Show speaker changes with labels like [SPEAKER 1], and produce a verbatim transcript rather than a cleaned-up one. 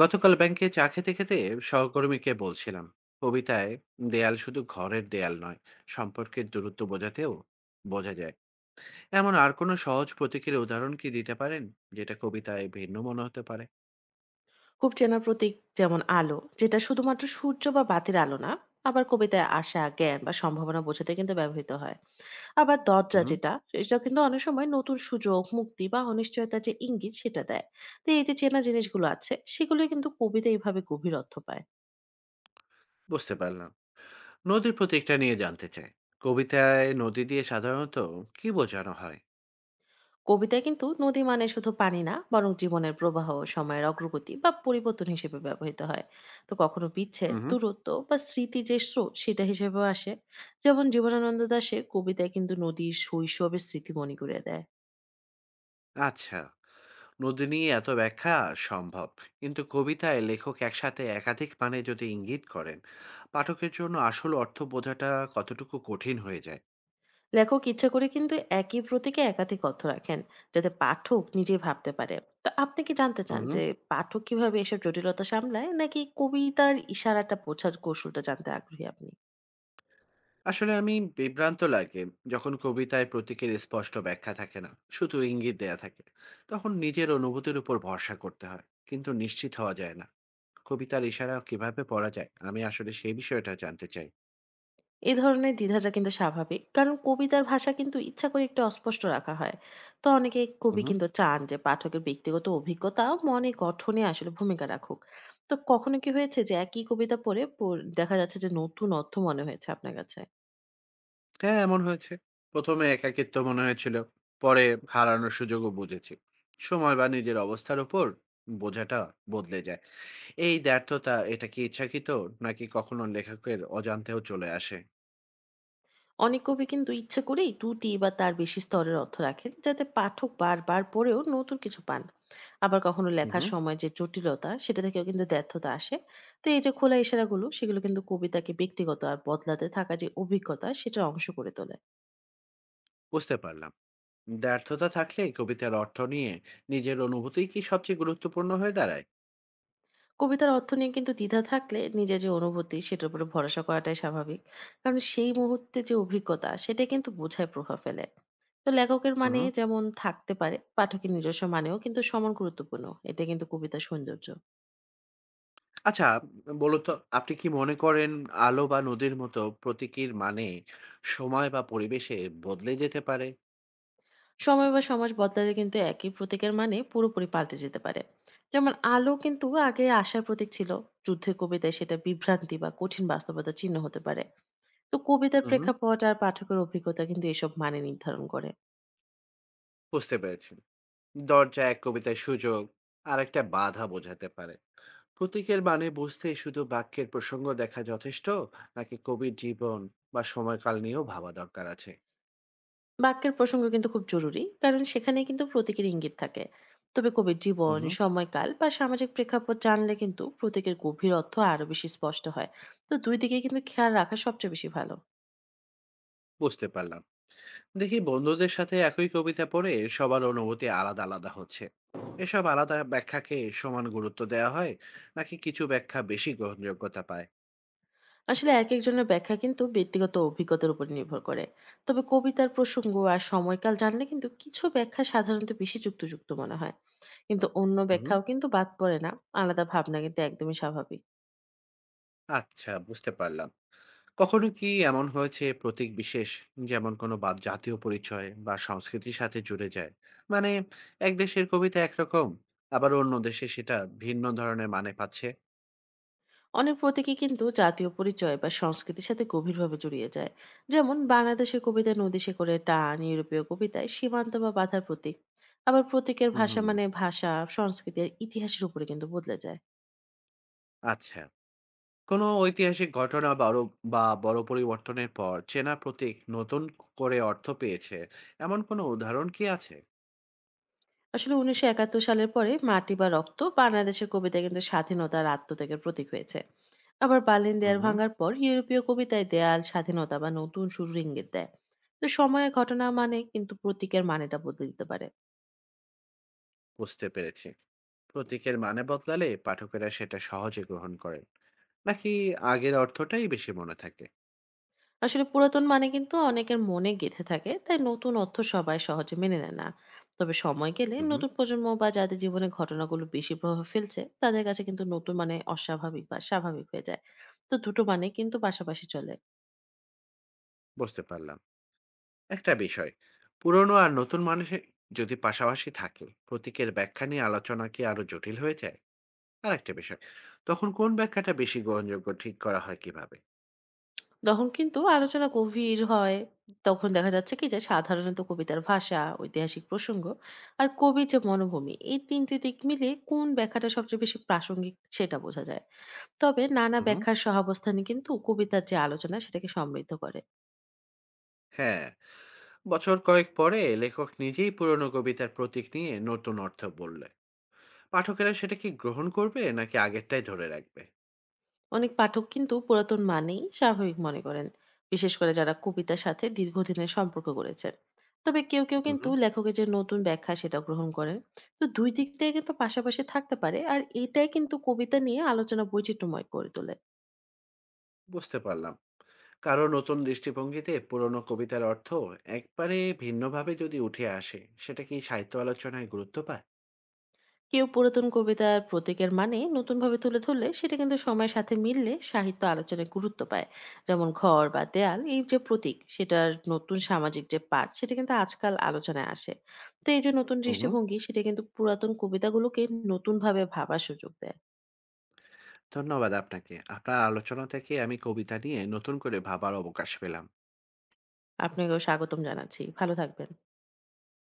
[SPEAKER 1] গতকাল ব্যাংকে চা খেতে খেতে সহকর্মীকে বলছিলাম, কবিতায় দেয়াল শুধু ঘরের দেয়াল নয়, সম্পর্কের দূরত্ব বোঝাতেও বোঝা যায়। এমন আর কোনো সহজ প্রতীকের উদাহরণ কি দিতে পারেন, যেটা কবিতায় ভিন্ন মনে হতে পারে?
[SPEAKER 2] খুব চেনা প্রতীক, যেমন আলো, যেটা শুধুমাত্র সূর্য বা বাতির আলো না, আবার কবিতায় আশা, জ্ঞান বা সম্ভাবনা বোঝাতে কিন্তু ব্যবহৃত হয়। আবার দরজা,
[SPEAKER 1] হুম,
[SPEAKER 2] যেটা সেটা কিন্তু অনেক সময় নতুন সুযোগ, মুক্তি বা অনিশ্চয়তার যে ইঙ্গিত সেটা দেয়। তো এই যে চেনা জিনিসগুলো আছে, সেগুলো কিন্তু কবিতা এইভাবে গভীর অর্থ পায়।
[SPEAKER 1] বুঝতে পারলাম। নদীর প্রতীকটা নিয়ে জানতে চাই, কবিতায় নদী দিয়ে সাধারণত কি বোঝানো হয়?
[SPEAKER 2] কবিতায় কিন্তু নদী মানে শুধু পানি না, বরং জীবনের প্রবাহ, সময়ের অগ্রগতি বা পরিবর্তন হিসেবে ব্যবহৃত হয়। তো কখনো বিচ্ছেদ,
[SPEAKER 1] হুম।
[SPEAKER 2] দূরত্ব বা স্মৃতি যে স্রোত সেটা হিসেবেও আসে। যেমন জীবনানন্দ দাশের কবিতায় কিন্তু নদীর শৈশবের স্মৃতি মনে করে দেয়।
[SPEAKER 1] আচ্ছা, নদী নিয়ে এত ব্যাখ্যা সম্ভব, কিন্তু কবিতায় লেখক একসাথে একাধিক মানে যদি ইঙ্গিত করেন, পাঠকের জন্য আসল অর্থ বোঝাটা কতটুকু কঠিন হয়ে যায়?
[SPEAKER 2] লেখক ইচ্ছা করে কিন্তু একই প্রতীকে একাধিক অর্থ রাখেন, যাতে পাঠক নিজেই ভাবতে পারে। তো আপনি কি জানতে
[SPEAKER 1] হুম
[SPEAKER 2] চান
[SPEAKER 1] হুম।
[SPEAKER 2] যে পাঠক কিভাবে এসব জটিলতা সামলায়, নাকি কবিতার ইশারাটা বোঝার কৌশলটা জানতে আগ্রহী আপনি?
[SPEAKER 1] আসলে আমি বিভ্রান্ত লাগে যখন কবিতায় প্রতীকের স্পষ্ট ব্যাখ্যা থাকে না, শুধু ইঙ্গিত দেয়া থাকে। তখন নিজের অনুভূতির উপর ভরসা করতে হয়, কিন্তু নিশ্চিত হওয়া যায় না। কবিতার ইশারা কিভাবে পড়া যায়, আমি আসলে সেই বিষয়টা জানতে চাই।
[SPEAKER 2] এ ধরনের দ্বিধাটা কিন্তু স্বাভাবিক। কারণ কবিতার ভাষা কিন্তু ইচ্ছা করে একটু অস্পষ্ট রাখা হয়। তো অনেকে
[SPEAKER 1] হুম
[SPEAKER 2] কবি
[SPEAKER 1] হুম।
[SPEAKER 2] কিন্তু চান যে পাঠকের ব্যক্তিগত অভিজ্ঞতা ও মনে গঠনে আসলে ভূমিকা রাখুক। তো কখনো কি হয়েছে যে একই কবিতা পড়ে পড় দেখা যাচ্ছে যে নতুন অর্থ মনে হয়েছে আপনার কাছে?
[SPEAKER 1] হ্যাঁ, এমন হয়েছে। প্রথম এ একাকিত্ব মনে হয়েছিল। পরে হারানোর সুযোগও বুঝেছি। সময় বা নিজের অবস্থার উপর বোঝাটা বদলে যায়। এই ব্যর্থতা, এটা কি ইচ্ছাকৃত নাকি কখনো লেখকের অজান্তেও চলে আসে?
[SPEAKER 2] অনেক কবি কিন্তু ইচ্ছে করেই দুটি বা তার বেশি স্তরের অর্থ রাখেন, যাতে পাঠক বারবার পড়েও নতুন কিছু পান। আবার কখনো লেখার
[SPEAKER 1] হুম।
[SPEAKER 2] সময় যে জটিলতা, সেটা থেকেও কিন্তু দ্ব্যর্থতা আসে। তো এই যে খোলা ইশারাগুলো, সেগুলো কিন্তু কবিতাকে ব্যক্তিগত আর বদলাতে থাকা যে অভিজ্ঞতা সেটার অংশ করে তোলে।
[SPEAKER 1] বুঝতে পারলাম। ব্যর্থতা থাকলে কবিতার অর্থ নিয়ে নিজের অনুভূতিই কি সবচেয়ে গুরুত্বপূর্ণ হয়ে দাঁড়ায়?
[SPEAKER 2] কবিতার অর্থ নিয়ে কিন্তু দ্বিধা থাকলে নিজের যে অনুভূতি, সেটার উপরে ভরসা করাটাই স্বাভাবিক। কারণ সেই মুহূর্তে যে অভিজ্ঞতা, সেটা কিন্তু বোঝায় প্রভাব ফেলে। তো লেখকের মানে
[SPEAKER 1] হুম।
[SPEAKER 2] যেমন থাকতে পারে, পাঠকের নিজস্ব মানেও কিন্তু সমান গুরুত্বপূর্ণ, এটা কিন্তু কবিতার সৌন্দর্য।
[SPEAKER 1] আচ্ছা, বলুন তো, আপনি কি মনে করেন আলো বা নদীর মতো প্রতীকীর মানে সময় বা পরিবেশে বদলে যেতে পারে?
[SPEAKER 2] সময় বা সমাজ বদলালে কিন্তু একই প্রতীকের মানে পুরোপুরি পাল্টে যেতে পারে। যেমন আলো কিন্তু আগে আশার প্রতীক ছিল, যুদ্ধের কবিতায় সেটা বিভ্রান্তি বা কঠিন বাস্তবতার চিহ্ন হতে পারে। তো কবিতার
[SPEAKER 1] হুম, হুম।
[SPEAKER 2] প্রেক্ষাপট আর পাঠকের অভিজ্ঞতা কিন্তু এসব মানে নির্ধারণ করে।
[SPEAKER 1] বুঝতে পেরেছি। দরজা এক কবিতায় সুযোগ আর একটা বাধা বোঝাতে পারে। প্রতীকের মানে বুঝতে শুধু বাক্যের প্রসঙ্গ দেখা যথেষ্ট, নাকি কবির জীবন বা সময়কাল নিয়েও ভাবা দরকার আছে?
[SPEAKER 2] বাক্যের প্রসঙ্গ কিন্তু খুব জরুরি, কারণ সেখানেই কিন্তু প্রতীকের ইঙ্গিত থাকে। তবে কবির জীবন,
[SPEAKER 1] হুম।
[SPEAKER 2] সময়কাল বা সামাজিক প্রেক্ষাপট জানলে কিন্তু প্রতীকের গভীর অর্থ আরো বেশি স্পষ্ট হয়। তো দুই দিকে কিন্তু খেয়াল রাখা সবচেয়ে বেশি ভালো।
[SPEAKER 1] বুঝতে পারলাম। দেখি বন্ধুদের সাথে একই কবিতা পড়ে সবার অনুভূতি আলাদা আলাদা হচ্ছে। এসব আলাদা ব্যাখ্যাকে সমান গুরুত্ব দেওয়া হয়, নাকি কিছু ব্যাখ্যা বেশি গ্রহণযোগ্যতা পায়?
[SPEAKER 2] আসলে একেকজনের ব্যাখ্যা কিন্তু ব্যক্তিগত অভিজ্ঞতার উপর নির্ভর করে। তবে কবিতার প্রসঙ্গ আর সময়কাল জানলে কিন্তু কিছু ব্যাখ্যা সাধারণত বেশি যুক্তিযুক্ত মনে হয়। কিন্তু অন্য
[SPEAKER 1] হুম।
[SPEAKER 2] ব্যাখ্যাও কিন্তু বাদ পড়ে না। আলাদা ভাবনা কিন্তু একদমই স্বাভাবিক।
[SPEAKER 1] আচ্ছা, বুঝতে পারলাম। কখনো কি এমন হয়েছে প্রতীক বিশেষ, যেমন কোনো বা জাতীয় পরিচয় বা সংস্কৃতির সাথে জুড়ে যায়? মানে, এক দেশের কবিতা একরকম, আবার অন্য দেশে সেটা ভিন্ন ধরনের মানে পাচ্ছে।
[SPEAKER 2] অনেক প্রতীকই কিন্তু জাতীয় পরিচয় বা সংস্কৃতির সাথে গভীরভাবে জড়িয়ে যায়। যেমন বাংলাদেশের কবিতায় নদী শেকড়ের টান, ইউরোপীয় কবিতায় সীমান্ত বা বাধার প্রতীক। আবার প্রতীকের
[SPEAKER 1] হুম
[SPEAKER 2] ভাষা
[SPEAKER 1] হুম,
[SPEAKER 2] মানে ভাষা, সংস্কৃতি আর ইতিহাসের উপরে কিন্তু বদলে যায়।
[SPEAKER 1] আচ্ছা। কোনো ঐতিহাসিক ঘটনা বা বড় বা বড় পরিবর্তনের পর চেনা প্রতীক নতুন করে অর্থ পেয়েছে, এমন কোনো উদাহরণ কি আছে?
[SPEAKER 2] আসলে উনিশশো একাত্তর সালের পরে 'মাটি বা রক্ত' বাংলাদেশের কবিতায় কিন্তু স্বাধীনতা আর আত্মত্যাগের প্রতীক হয়েছে। আবার বার্লিন
[SPEAKER 1] হুম
[SPEAKER 2] দেয়াল
[SPEAKER 1] হুম।
[SPEAKER 2] ভাঙার পর ইউরোপীয় কবিতায় দেয়াল, স্বাধীনতা বা নতুন শুরুর ইঙ্গিত দেয়। তো সময়ের ঘটনা মানে কিন্তু প্রতীকের মানেটা বদলে দিতে পারে।
[SPEAKER 1] বুঝতে পেরেছি। প্রতীকের মানে বদলালে পাঠকেরা সেটা সহজে গ্রহণ করেন, নাকি আগের অর্থটাই বেশি মনে থাকে?
[SPEAKER 2] আসলে পুরাতন মানে কিন্তু অনেকের মনে গেঁথে থাকে, তাই নতুন অর্থ সবাই সহজে মেনে নেয় না। তবে সময় গেলে
[SPEAKER 1] হুম হুম।
[SPEAKER 2] নতুন প্রজন্ম বা যাদের জীবনে ঘটনাগুলো বেশি প্রভাব ফেলছে, তাদের কাছে কিন্তু নতুন মানে অস্বাভাবিক বা স্বাভাবিক হয়ে যায়। তো দুটো মানে কিন্তু পাশাপাশি চলে।
[SPEAKER 1] বুঝতে পারলাম। একটা বিষয়, পুরনো আর নতুন মানুষের যদি পাশাপাশি থাকে, প্রতীকের ব্যাখ্যা নিয়ে আলোচনা কি আরো জটিল হয়ে যায়? আর একটা বিষয়, তখন কোন ব্যাখ্যাটা বেশি গ্রহণযোগ্য ঠিক করা হয় কিভাবে?
[SPEAKER 2] তখন কিন্তু আলোচনা গভীর হয়। তখন দেখা যাচ্ছে কি যে সাধারণত কবিতার ভাষা, ঐতিহাসিক প্রসঙ্গ আর কবির যে মনোভূমি, এই তিন টে দিক মিলিয়ে কোন ব্যাখ্যাটা সবচেয়ে বেশি প্রাসঙ্গিক সেটা বোঝা যায়। তবে নানা
[SPEAKER 1] হুম।
[SPEAKER 2] ব্যাখ্যার সহাবস্থানই কিন্তু কবিতার যে আলোচনা সেটাকে সমৃদ্ধ করে।
[SPEAKER 1] হ্যাঁ, বছর কয়েক পরে লেখক নিজেই পুরনো কবিতার প্রতীক নিয়ে নতুন অর্থ বললে পাঠকেরা সেটা কি গ্রহণ করবে, নাকি আগেরটাই ধরে রাখবে?
[SPEAKER 2] অনেক পাঠক কিন্তু পুরাতন মানেই স্বাভাবিক মনে করেন, বিশেষ করে যারা কবিতার সাথে দীর্ঘদিনের সম্পর্ক করেছেন। তবে কেউ কেউ
[SPEAKER 1] হুম।
[SPEAKER 2] কিন্তু লেখকের যে নতুন ব্যাখ্যা সেটা গ্রহণ করেন। তো দুই দিকটাই কিন্তু পাশাপাশি থাকতে পারে, আর এটাই কিন্তু কবিতা নিয়ে আলোচনা বৈচিত্র্যময় করে তোলে।
[SPEAKER 1] বুঝতে পারলাম। কারো নতুন দৃষ্টিভঙ্গিতে পুরনো কবিতার অর্থ একবারে ভিন্নভাবে যদি উঠে আসে, সেটা কি সাহিত্য আলোচনায় গুরুত্ব পায়?
[SPEAKER 2] কেউ পুরাতন কবিতার প্রতীকের মানে নতুনভাবে তুলে ধরলে সেটা কিন্তু সময়ের সাথে মিললে সাহিত্য আলোচনায় গুরুত্ব পায়। যেমন ঘর বা দেয়াল, এই যে প্রতীক সেটার নতুন সামাজিক যে পাঠ সেটা কিন্তু আজকাল আলোচনায় আসে। তো এই যে নতুন
[SPEAKER 1] হুম।
[SPEAKER 2] দৃষ্টিভঙ্গি সেটা কিন্তু পুরাতন কবিতাগুলোকে নতুনভাবে ভাবার সুযোগ দেয়।
[SPEAKER 1] ধন্যবাদ আপনাকে। আপনার আলোচনা থেকে আমি কবিতা নিয়ে নতুন করে ভাবার অবকাশ পেলাম।
[SPEAKER 2] আপনাকেও স্বাগতম জানাচ্ছি, ভালো থাকবেন।